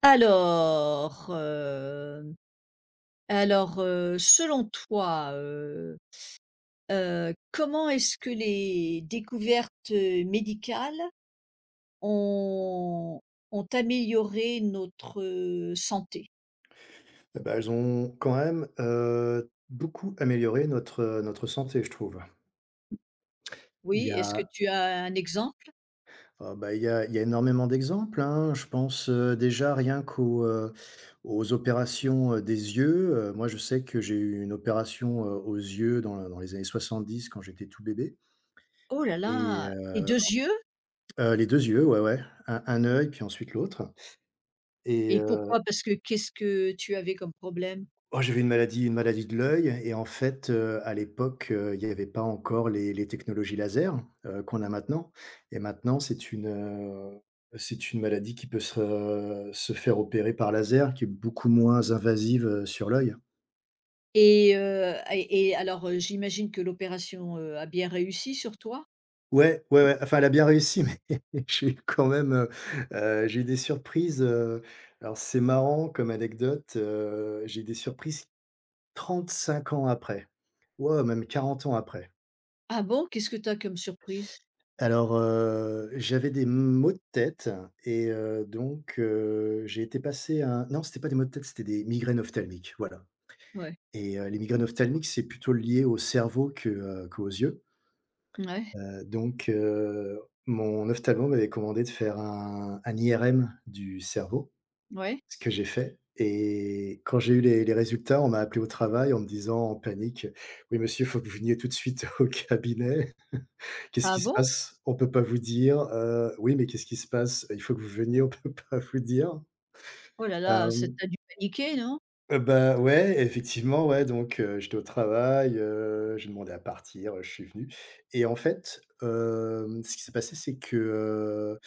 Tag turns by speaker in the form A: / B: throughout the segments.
A: Alors, hem, alors, selon toi, comment est-ce que les découvertes, médicales ont ont amélioré notre, santé?
B: Eh bah, elles ont quand même, beaucoup amélioré notre, notre santé, je trouve. Il
A: Oui,
B: y
A: est-ce que
B: a,
A: tu as un exemple?
B: bah, il y a énormément d'exemples, hein. Je pense, déjà rien aux opérations, des yeux. Moi, je sais que j'ai eu une opération, aux yeux dans les années 70 quand j'étais tout bébé
A: Oh là
B: et
A: là! Les deux yeux?
B: les 2 yeux, ouais, ouais, un œil puis ensuite l'autre. Et
A: Et pourquoi? Parce que qu'est-ce que tu avais comme problème?
B: oh, j'avais une maladie de l'œil et en fait, à l'époque, il n'y avait pas encore les technologies laser, qu'on a maintenant et maintenant c'est une maladie qui peut se faire opérer par laser, qui est beaucoup moins invasive, sur l'œil.
A: Et et alors, j'imagine que l'opération, a bien réussi sur toi?
B: Ouais, ouais, ouais, enfin elle a bien réussi, mais j'ai eu quand même, j'ai eu des surprises, alors c'est marrant comme anecdote, j'ai eu des surprises 35 ans après. Ouais, même 40 ans après.
A: Ah bon? Qu'est-ce que tu as comme surprise?
B: Alors, j'avais des maux de tête et donc j'ai été passer un non, c'était pas des maux de tête, c'était des migraines ophtalmiques, voilà.
A: Ouais.
B: Et les migraines ophtalmiques, c'est plutôt lié au cerveau que, qu'aux yeux.
A: Ouais.
B: Donc mon ophtalmo m'avait commandé de faire un IRM du cerveau,
A: Ouais.
B: ce que j'ai fait. Et quand j'ai eu les résultats, on m'a appelé au travail en me disant en panique: «Oui monsieur, il faut que vous veniez tout de suite au cabinet». Qu'est-ce
A: Ah
B: qui se
A: bon?
B: passe? On peut pas vous dire. Oui, mais qu'est-ce qui se passe? Il faut que vous veniez, on peut pas vous dire.
A: Oh là là, ça
B: Hem,
A: tu dû paniquer, non?
B: bah, ouais, effectivement, ouais, donc j'étais au travail, j'ai demandé à partir, je suis venu et en fait, ce qui s'est passé, c'est que, heu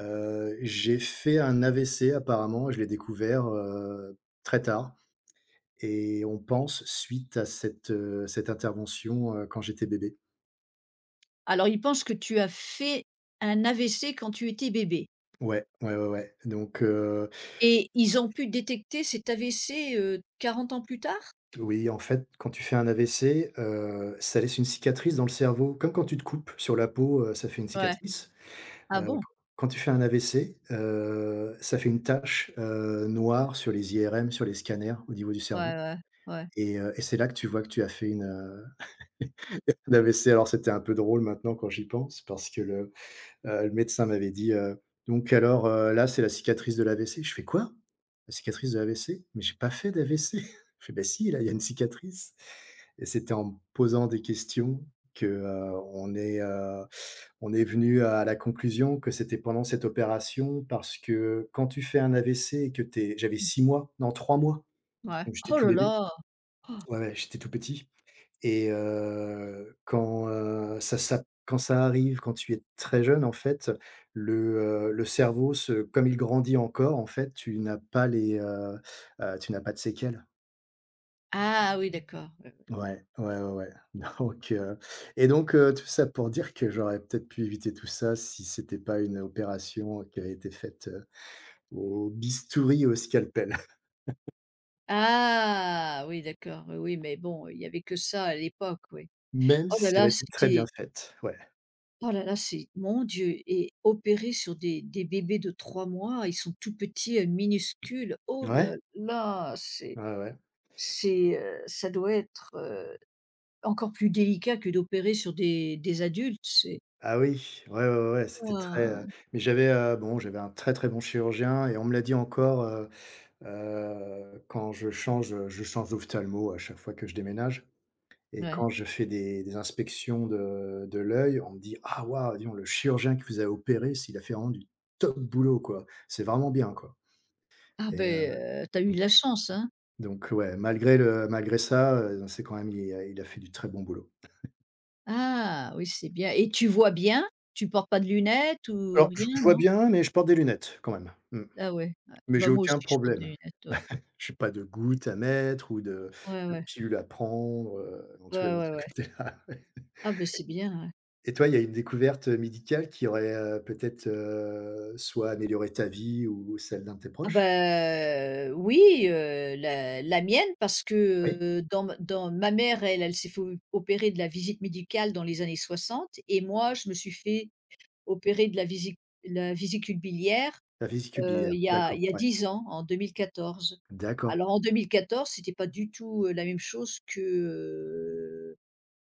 B: heu, j'ai fait un AVC apparemment, je l'ai découvert, très tard et on pense suite à cette intervention, quand j'étais bébé.
A: Alors ils pensent que tu as fait un AVC quand tu étais bébé
B: Ouais, ouais, ouais, ouais, donc.
A: et ils ont pu détecter cet AVC, 40 ans plus tard?
B: Oui, en fait, quand tu fais un AVC, ça laisse une cicatrice dans le cerveau, comme quand tu te coupes sur la peau, ça fait une
A: Ouais.
B: cicatrice.
A: Ah
B: Heu,
A: bon?
B: quand tu fais un AVC, ça fait une tache, noire sur les IRM, sur les scanners, au niveau du
A: Ouais,
B: cerveau.
A: ouais, ouais,
B: Et c'est là que tu vois que tu as fait une, un AVC. Alors c'était un peu drôle maintenant quand j'y pense parce que le médecin m'avait dit, «Donc alors, là, c'est la cicatrice de l'AVC». Je fais: «Quoi? La cicatrice de l'AVC? Mais j'ai pas fait d'AVC». Il fait: «Bah si, là, il y a une cicatrice». Et c'était en me posant des questions que, on est venu à la conclusion que c'était pendant cette opération parce que quand tu fais un AVC et que t'es j'avais 6 mois, non 3 mois,
A: ouais.
B: donc j'étais
A: Oh
B: tout
A: là
B: bébé.
A: là!
B: Ouais, ouais, j'étais tout petit. Et quand, ça ça quand ça arrive, quand tu es très jeune, en fait, le, le cerveau se comme il grandit encore, en fait, tu n'as pas les, tu n'as pas de séquelles.
A: Ah oui d'accord.
B: Ouais, ouais, ouais, ouais. Donc, heu et donc, tout ça pour dire que j'aurais peut-être pu éviter tout ça si c'était pas une opération qui avait été faite, au bistouri au scalpel.
A: Ah oui d'accord, oui, oui, mais bon, il y avait que ça à l'époque, oui.
B: Même
A: Oh là
B: si elle a
A: là,
B: été très bien
A: c'était
B: faite. Ouais.
A: oh là là, c'est mon Dieu et opérer sur des bébés de 3 mois, ils sont tout petits, minuscules. Oh
B: Ouais.
A: là là,
B: Ouais, ouais.
A: c'est, ça doit être, encore plus délicat que d'opérer sur des adultes, c'est
B: Ah oui, ouais, ouais, ouais, ouais, c'était très,
A: ouah,
B: mais j'avais, bon, j'avais un très, très bon chirurgien et on me l'a dit encore, quand je change d'ophtalmo à chaque fois que je déménage. Et
A: ouais.
B: quand je fais des inspections de l'œil, on me dit: «Ah waouh, dis donc, le chirurgien qui vous a opéré, s'il a fait vraiment du top boulot, quoi. C'est vraiment bien, quoi».
A: Ah
B: et
A: ben
B: heu,
A: tu eu
B: donc
A: de la chance, hein?
B: donc ouais, malgré ça, c'est quand même il a fait du très bon boulot.
A: Ah oui, c'est bien et tu vois bien? Tu portes pas de lunettes ou
B: Alors, je
A: rien,
B: vois
A: non?
B: bien, mais je porte des lunettes quand même. Mmh,
A: Ah ouais, ouais.
B: mais j'ai
A: Bah, moi aussi
B: aucun
A: je porte des
B: problème.
A: lunettes, ouais.
B: Je suis pas de gouttes à mettre ou de
A: Ouais,
B: de
A: ouais.
B: pilules à prendre, non,
A: Ouais,
B: tu vois, de
A: ouais,
B: ce
A: ouais.
B: côté-là, ouais.
A: Ah ben c'est bien, ouais.
B: Et toi, il y a une découverte, médicale qui aurait, peut-être, soit amélioré ta vie ou celle d'un de tes
A: Ah
B: proches?
A: ben oui, la mienne parce
B: Oui?
A: que, dans ma mère, elle s'est fait opérer de la visite médicale dans les années 60 et moi je me suis fait opéré de la visi la vésicule biliaire,
B: La vésicule biliaire,
A: il y a
B: d'accord,
A: il y a
B: ouais,
A: 10 ans, en 2014.
B: d'accord.
A: Alors en 2014, c'était pas du tout, la même chose que, heu,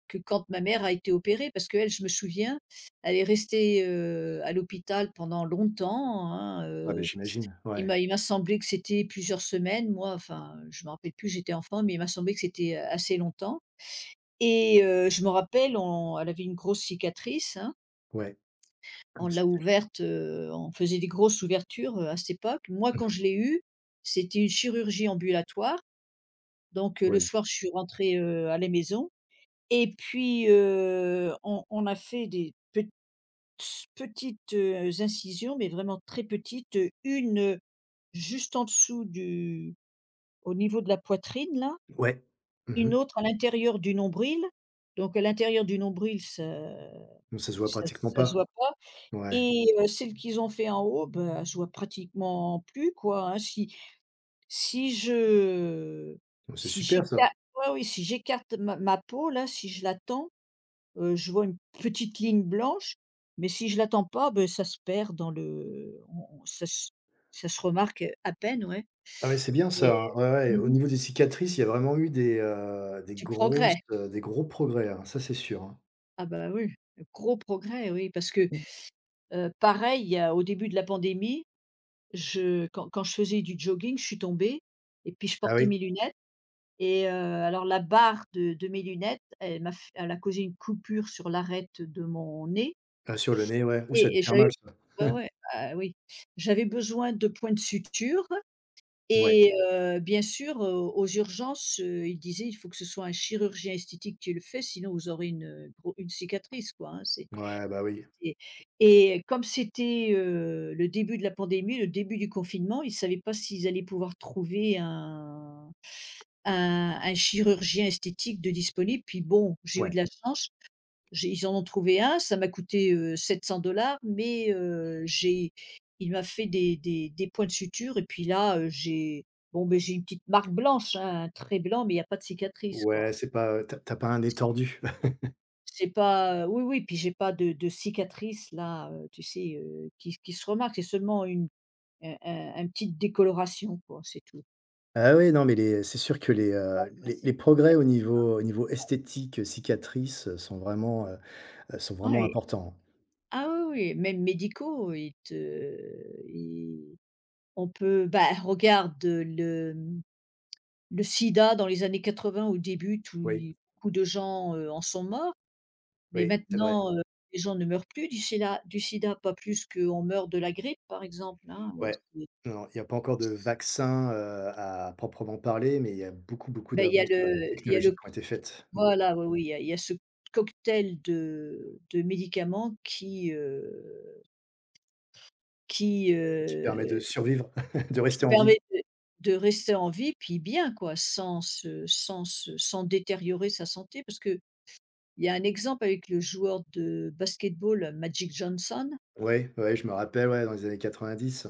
A: que quand ma mère a été opérée. Parce qu'elle, je me souviens, elle est restée, à l'hôpital pendant longtemps, hein,
B: Ah beh, j'imagine,
A: il
B: ouais,
A: m'a il m'a semblé que c'était plusieurs semaines. Moi, enfin, je me rappelle plus, j'étais enfant, mais il m'a semblé que c'était, assez longtemps et je me rappelle, on elle avait une grosse cicatrice, hein.
B: ouais,
A: On
B: comme
A: l'a
B: c'était.
A: ouverte, on faisait des grosses ouvertures, à cette époque. Moi,
B: Mmh
A: quand
B: mh,
A: je l'ai eue, c'était une chirurgie ambulatoire, donc le
B: oui,
A: soir, je suis rentrée, à la maison et puis, on a fait des petites, incisions, mais vraiment très petites, une, juste en dessous du au niveau de la poitrine là,
B: ouais, mmh mh,
A: une autre à l'intérieur du nombril. Donc à l'intérieur du nombril, ça
B: donc ça se voit
A: ça
B: pratiquement
A: ça se
B: pas,
A: voit pas.
B: ouais,
A: Et celles qu'ils ont fait en haut, bah, je vois pratiquement plus, quoi, hein. Si je
B: bah, c'est
A: si
B: super ça.
A: j'écarte, ouais, oui, si j'écarte ma peau là, si je tends, je vois une petite ligne blanche, mais si je l'attends pas, ben, ça se perd dans le on ça se remarque, à peine, ouais
B: Ah ouais, c'est bien
A: et
B: ça, hein, ouais, ouais, au
A: mmh
B: niveau des cicatrices, il y a vraiment eu des
A: du
B: grosses,
A: progrès.
B: des gros progrès, hein, ça, c'est sûr, hein.
A: Ah bah, oui, gros progrès, oui, parce que, pareil, il y a au début de la pandémie. Je quand quand je faisais du jogging, je suis tombée et puis je
B: Ah
A: portais
B: oui?
A: mes lunettes et alors la barre de mes lunettes, elle m'a f elle a causé une coupure sur l'arête de mon nez
B: Ah, sur le nez, ouais. Ouh, ça a dû
A: et
B: faire
A: j'avais
B: mal ça.
A: ouais, ouais, bah, oui. J'avais besoin de points de suture
B: Ouais,
A: et bien sûr, aux urgences, ils disaient: «Il faut que ce soit un chirurgien esthétique qui le fait, sinon vous aurez une, gros une cicatrice quoi, hein, c'est»
B: ouais, bah, oui.
A: C'était et comme c'était, le début de la pandémie, le début du confinement, ils ne savaient pas s'ils allaient pouvoir trouver un chirurgien esthétique de disponible. Puis bon, j'ai eu
B: Ouais,
A: de la chance, j'ai ils en ont trouvé un, ça m'a coûté, dollars, mais j'ai il m'a fait des points de suture et puis là, j'ai bon, beh, j'ai une petite marque blanche, hein, un trait blanc, mais il n'y a pas de cicatrice, quoi.
B: ouais, c'est pas, tu as pas un nez tordu.
A: C'est pas oui, oui, puis j'ai pas de cicatrice là, tu sais, qui se remarque. C'est seulement une un petite décoloration quoi, c'est tout.
B: Ah oui, non, mais les c'est sûr que les, heu,
A: Ah,
B: les les progrès
A: ouais. C'est
B: au niveau esthétique, cicatrices, sont
A: ça.
B: vraiment
A: Ouais.
B: importants.
A: Ah oui, oui, même médicaux, ils on peut bah, regarde, le sida dans les années 80 au début, tout
B: Oui,
A: i beaucoup de gens, en sont morts, mais
B: oui, c'est vrai.
A: maintenant, les gens ne meurent plus du sida, pas plus qu'on meurt de la grippe par exemple, hein,
B: Ouais.
A: c'est
B: Non, il y a pas encore de vaccin, à proprement parler, mais il y a beaucoup, beaucoup
A: bah,
B: d'avances,
A: il y a
B: technologiques
A: le
B: qui ont été faites,
A: voilà, oui, oui, il y a ce cocktail de médicaments qui,
B: qui
A: heu,
B: permettent de survivre, de rester
A: qui
B: en vie.
A: permet de rester en vie, puis bien quoi, sans détériorer sa santé. Parce que il y a un exemple avec le joueur de basket-ball Magic Johnson.
B: Ouais, ouais, je me rappelle, ouais, dans les années 90.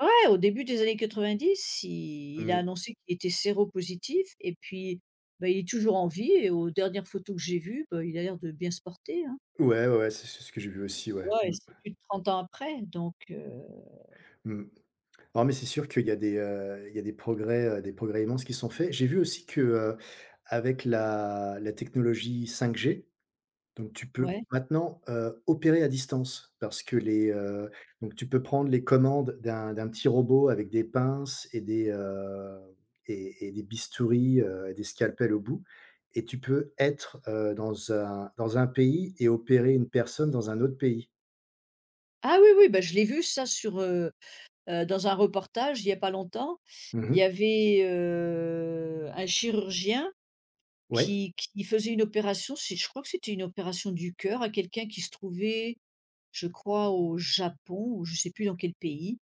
A: Ouais, au début des années 90, il a
B: Mmh.
A: annoncé qu'il était séropositif et puis, bah, il est toujours en vie et aux dernières photos que j'ai vues, bah, il a l'air de bien se porter, hein,
B: Ouais, ouais, ouais, c'est ce que j'ai vu
A: tu
B: aussi, ouais.
A: vois? Et
B: Mmh,
A: c'est plus de 30 ans après donc
B: mmh. Non, mais c'est sûr qu'il y a des, il y a des progrès immenses qui sont faits. J'ai vu aussi que, avec la technologie 5G, donc tu peux
A: ouais.
B: maintenant, opérer à distance parce que donc tu peux prendre les commandes d'un petit robot avec des pinces et des, et des bistouris, et des scalpels au bout et tu peux être, dans un pays et opérer une personne dans un autre pays.
A: Ah oui, oui, bah, je l'ai vu ça sur, dans un reportage il y a pas longtemps. Il y
B: Mmh.
A: avait, un chirurgien
B: Ouais,
A: qui faisait une opération, c'est je crois que c'était une opération du cœur à quelqu'un qui se trouvait, je crois au Japon ou je ne sais plus dans quel pays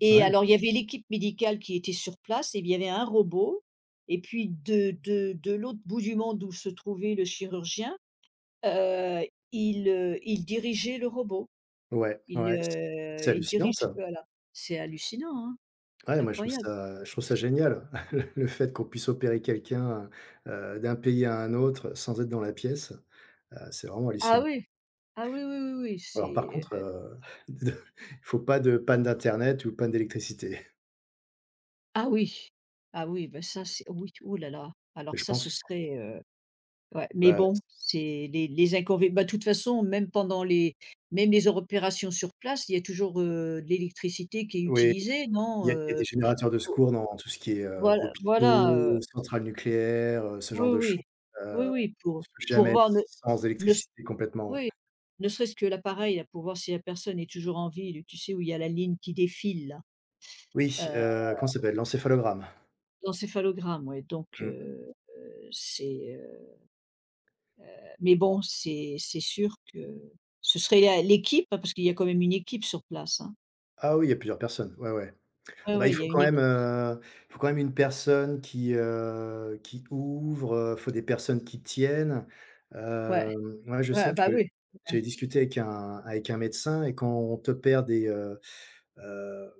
A: et
B: ouais.
A: alors il y avait l'équipe médicale qui était sur place et il y avait un robot et puis de l'autre bout du monde où se trouvait le chirurgien, heu, il dirigeait le robot.
B: Ouais,
A: Il,
B: ouais, c'est
A: heu, il
B: hallucinant
A: dirige
B: ça.
A: voilà. C'est hallucinant, hein,
B: Ouais, moi
A: incroyable.
B: je trouve ça génial, le fait qu'on puisse opérer quelqu'un, d'un pays à un autre sans être dans la pièce, c'est vraiment
A: Ah
B: hallucinant.
A: oui. Ah oui, oui, oui, oui,
B: Alors par
A: c'est
B: contre, il faut pas de panne d'internet ou panne d'électricité.
A: ah oui, ah oui, ben ça c'est oui, oh là là,
B: Mais
A: alors
B: Je
A: ça
B: pense
A: ce serait, ouais, mais
B: Ouais,
A: bon, c'est les inconvénients. Bah, de toute façon, même pendant les même les opérations sur place, il y a toujours, de l'électricité qui est
B: oui,
A: utilisée,
B: il
A: non?
B: y a il y a des générateurs de
A: Pour
B: secours dans tout ce qui est,
A: voilà voilà,
B: hôpitaux, centrales nucléaires, ce
A: oui,
B: genre de choses,
A: oui, oui,
B: heu,
A: oui, pour
B: tu peux
A: pour
B: jamais être
A: voir ne
B: sans
A: ne
B: électricité complètement, ouais.
A: oui, ne serait-ce que l'appareil là, pour voir si la personne est toujours en vie, tu sais où il y a la ligne qui défile là?
B: Oui,
A: Heu,
B: comment ça s'appelle? L'encéphalogramme.
A: L'encéphalogramme, ouais donc
B: Mmh.
A: c'est, mais bon, c'est sûr que ce serait la l'équipe, hein, parce qu'il y a quand même une équipe sur place, hein.
B: Ah oui, il y a plusieurs personnes, ouais, ouais.
A: Ouais,
B: Ah bah, il
A: ouais, il y
B: faut
A: a
B: quand
A: une
B: même,
A: équipe.
B: il faut quand même une personne qui ouvre, faut des personnes qui tiennent.
A: Ouais,
B: Moi, je
A: ouais,
B: sais
A: bah,
B: que
A: oui. Ouais,
B: j'ai discuté avec un médecin et quand on te perd heu,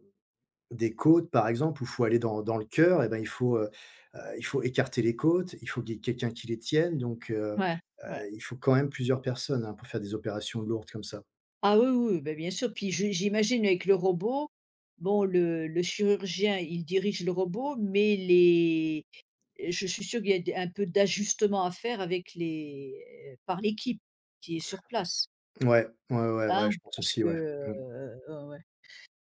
B: des côtes, par exemple, où il faut aller dans le cœur et ben, il faut écarter les côtes, il faut qu'il y ait quelqu'un qui les tienne. donc heu
A: ouais, ouais.
B: heu, il faut quand même plusieurs personnes, hein, pour faire des opérations lourdes comme ça.
A: Ah oui, oui, bah, bien sûr, puis je j'imagine avec le robot, bon le chirurgien, il dirige le robot mais les. Et je suis sûre qu'il y a des un peu d'ajustement à faire avec les par l'équipe qui est sur place,
B: Ouais, ouais, ouais, ouais,
A: hein,
B: je pense
A: parce
B: aussi,
A: que,
B: ouais.
A: ouais, ouais.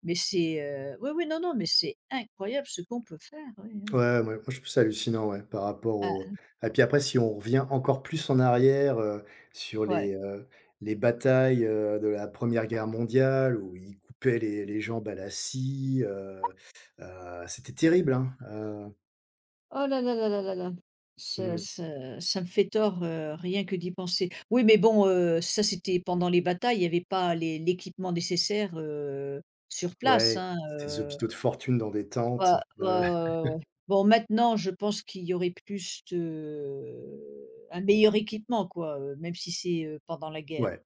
A: Mais c'est, oui, oui, non, non, mais c'est incroyable ce qu'on peut faire, oui, oui.
B: Ouais, moi je trouve ça hallucinant, ouais. par rapport
A: Ah,
B: au et puis après si on revient encore plus en arrière, sur
A: ouais.
B: les batailles, de la première Guerre mondiale où ils coupaient les jambes à la scie, c'était terrible, hein,
A: Oh là là là là là là. Ça
B: mmh,
A: ça ça me fait tort, rien que d'y penser. Oui, mais bon, ça c'était pendant les batailles, il y avait pas les l'équipement nécessaire, sur place,
B: ouais,
A: hein,
B: c'était des hôpitaux de fortune dans des
A: ouais,
B: tentes,
A: ouais, ouais, ouais, ouais. Bon, maintenant, je pense qu'il y aurait plus de un meilleur équipement quoi, même si c'est, pendant la guerre,
B: ouais.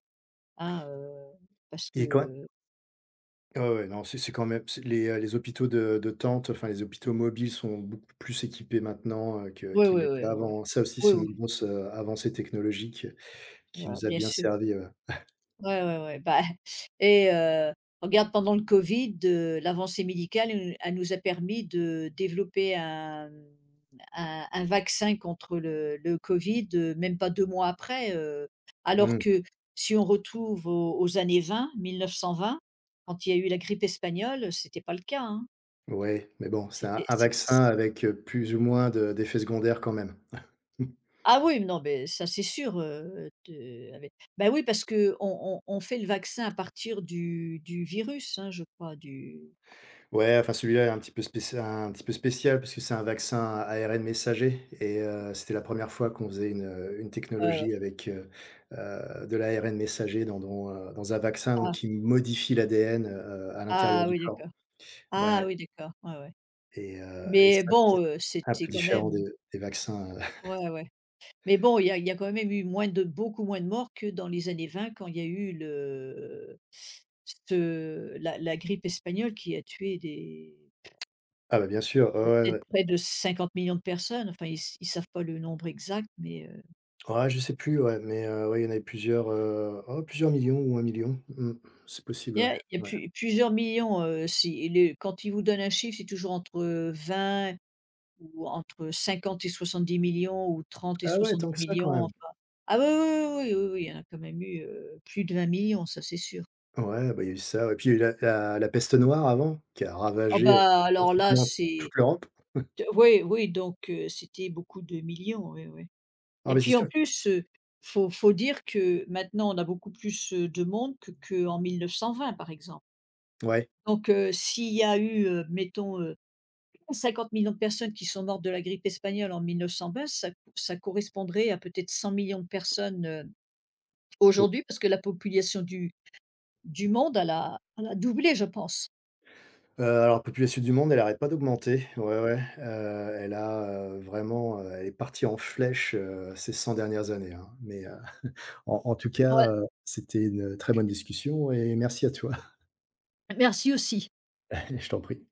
A: hein, parce
B: et quand
A: que
B: ouais, ouais, non, c'est quand même c'est les hôpitaux de tentes, enfin les hôpitaux mobiles sont beaucoup plus équipés maintenant, que
A: oui,
B: qu'ils
A: oui, oui,
B: l'étaient
A: oui,
B: avant. Ça aussi,
A: oui,
B: c'est une
A: oui,
B: grosse, avancée technologique. Qui
A: voilà,
B: nous a
A: bien
B: bien
A: sûr.
B: servi,
A: Ouais, ouais, ouais, bah et regarde pendant le covid, l'avancée médicale, elle nous a permis de développer un, mmh, un vaccin contre le covid, même pas 2 mois après, alors
B: mmh,
A: que si on retrouve aux années vingt, 1920 quand il y a eu la grippe espagnole, c'était pas le cas, hein.
B: ouais, mais bon, c'est un
A: C'était
B: un
A: c'est c
B: vaccin avec, plus ou moins de d'effets secondaires quand même.
A: Ah oui, non, mais ça c'est sûr, de avec bah oui, parce qu'on on fait le vaccin à partir du virus, hein, je crois, du
B: Ouais, enfin celui-là est un petit peu spécia un petit peu spécial parce que c'est un vaccin à ARN messager et c'était la première fois qu'on faisait une
A: ouais, ouais.
B: technologie avec, de l'ARN messager dans un vaccin donc
A: Ah,
B: qui modifie l'ADN, à l'intérieur
A: ah
B: du
A: oui,
B: corps.
A: d'accord. Ah
B: Ouais.
A: oui, d'accord. Ouais, ouais.
B: Et
A: Mais
B: ça, c'est
A: bon,
B: un
A: c'était
B: peu
A: quand
B: différent
A: même
B: des vaccins,
A: ouais, ouais. Mais bon, il y a quand même eu moins de beaucoup moins de morts que dans les années 20 quand il y a eu le ce la grippe espagnole qui a tué des
B: ah bah, bien sûr, ouais, ouais,
A: peut-être
B: ouais.
A: près de 50 millions de personnes. Enfin, ils savent pas le nombre exact, mais,
B: Ouais, je sais plus, ouais, mais ouais, il y en avait plusieurs, oh, plusieurs millions ou un million, 000. Mmh, c'est possible,
A: il y
B: ouais,
A: a il y a
B: ouais.
A: plusieurs millions, si et les quand ils vous donnent un chiffre, c'est toujours entre 20 ou entre 50 et 70 000 000 ou 30 et
B: Ah ouais,
A: 70
B: tant que
A: 000
B: ça
A: 000,
B: quand même?
A: enfin ah oui, oui, oui, oui, oui, oui, il y en a quand même eu, plus de 20 millions ça c'est sûr.
B: Ouais, bah, il y a eu ça, et puis il y a eu la peste noire avant, qui a
A: Ah
B: ravagé,
A: bah, alors là,
B: pratiquement toute
A: c'est
B: l'Europe.
A: t oui, oui, donc c'était beaucoup de millions, oui, oui.
B: Ah,
A: Et
B: mais c'est
A: puis en
B: sûr,
A: plus, faut dire que maintenant on a beaucoup plus, de monde que qu'en 1920 par exemple.
B: ouais.
A: Donc s'il y a eu, mettons, 50 millions de personnes qui sont mortes de la grippe espagnole en 1920, ça correspondrait à peut-être 100 millions de personnes,
B: Oui.
A: aujourd'hui, parce que la population du monde, elle a doublé, je pense.
B: Alors, la population du monde, elle n'arrête pas d'augmenter. Ouais, ouais, elle a, vraiment, elle est partie en flèche, ces 100 dernières années, hein, mais en tout cas,
A: Ouais,
B: c'était une très bonne discussion et merci à toi.
A: merci aussi.
B: Je t'en prie.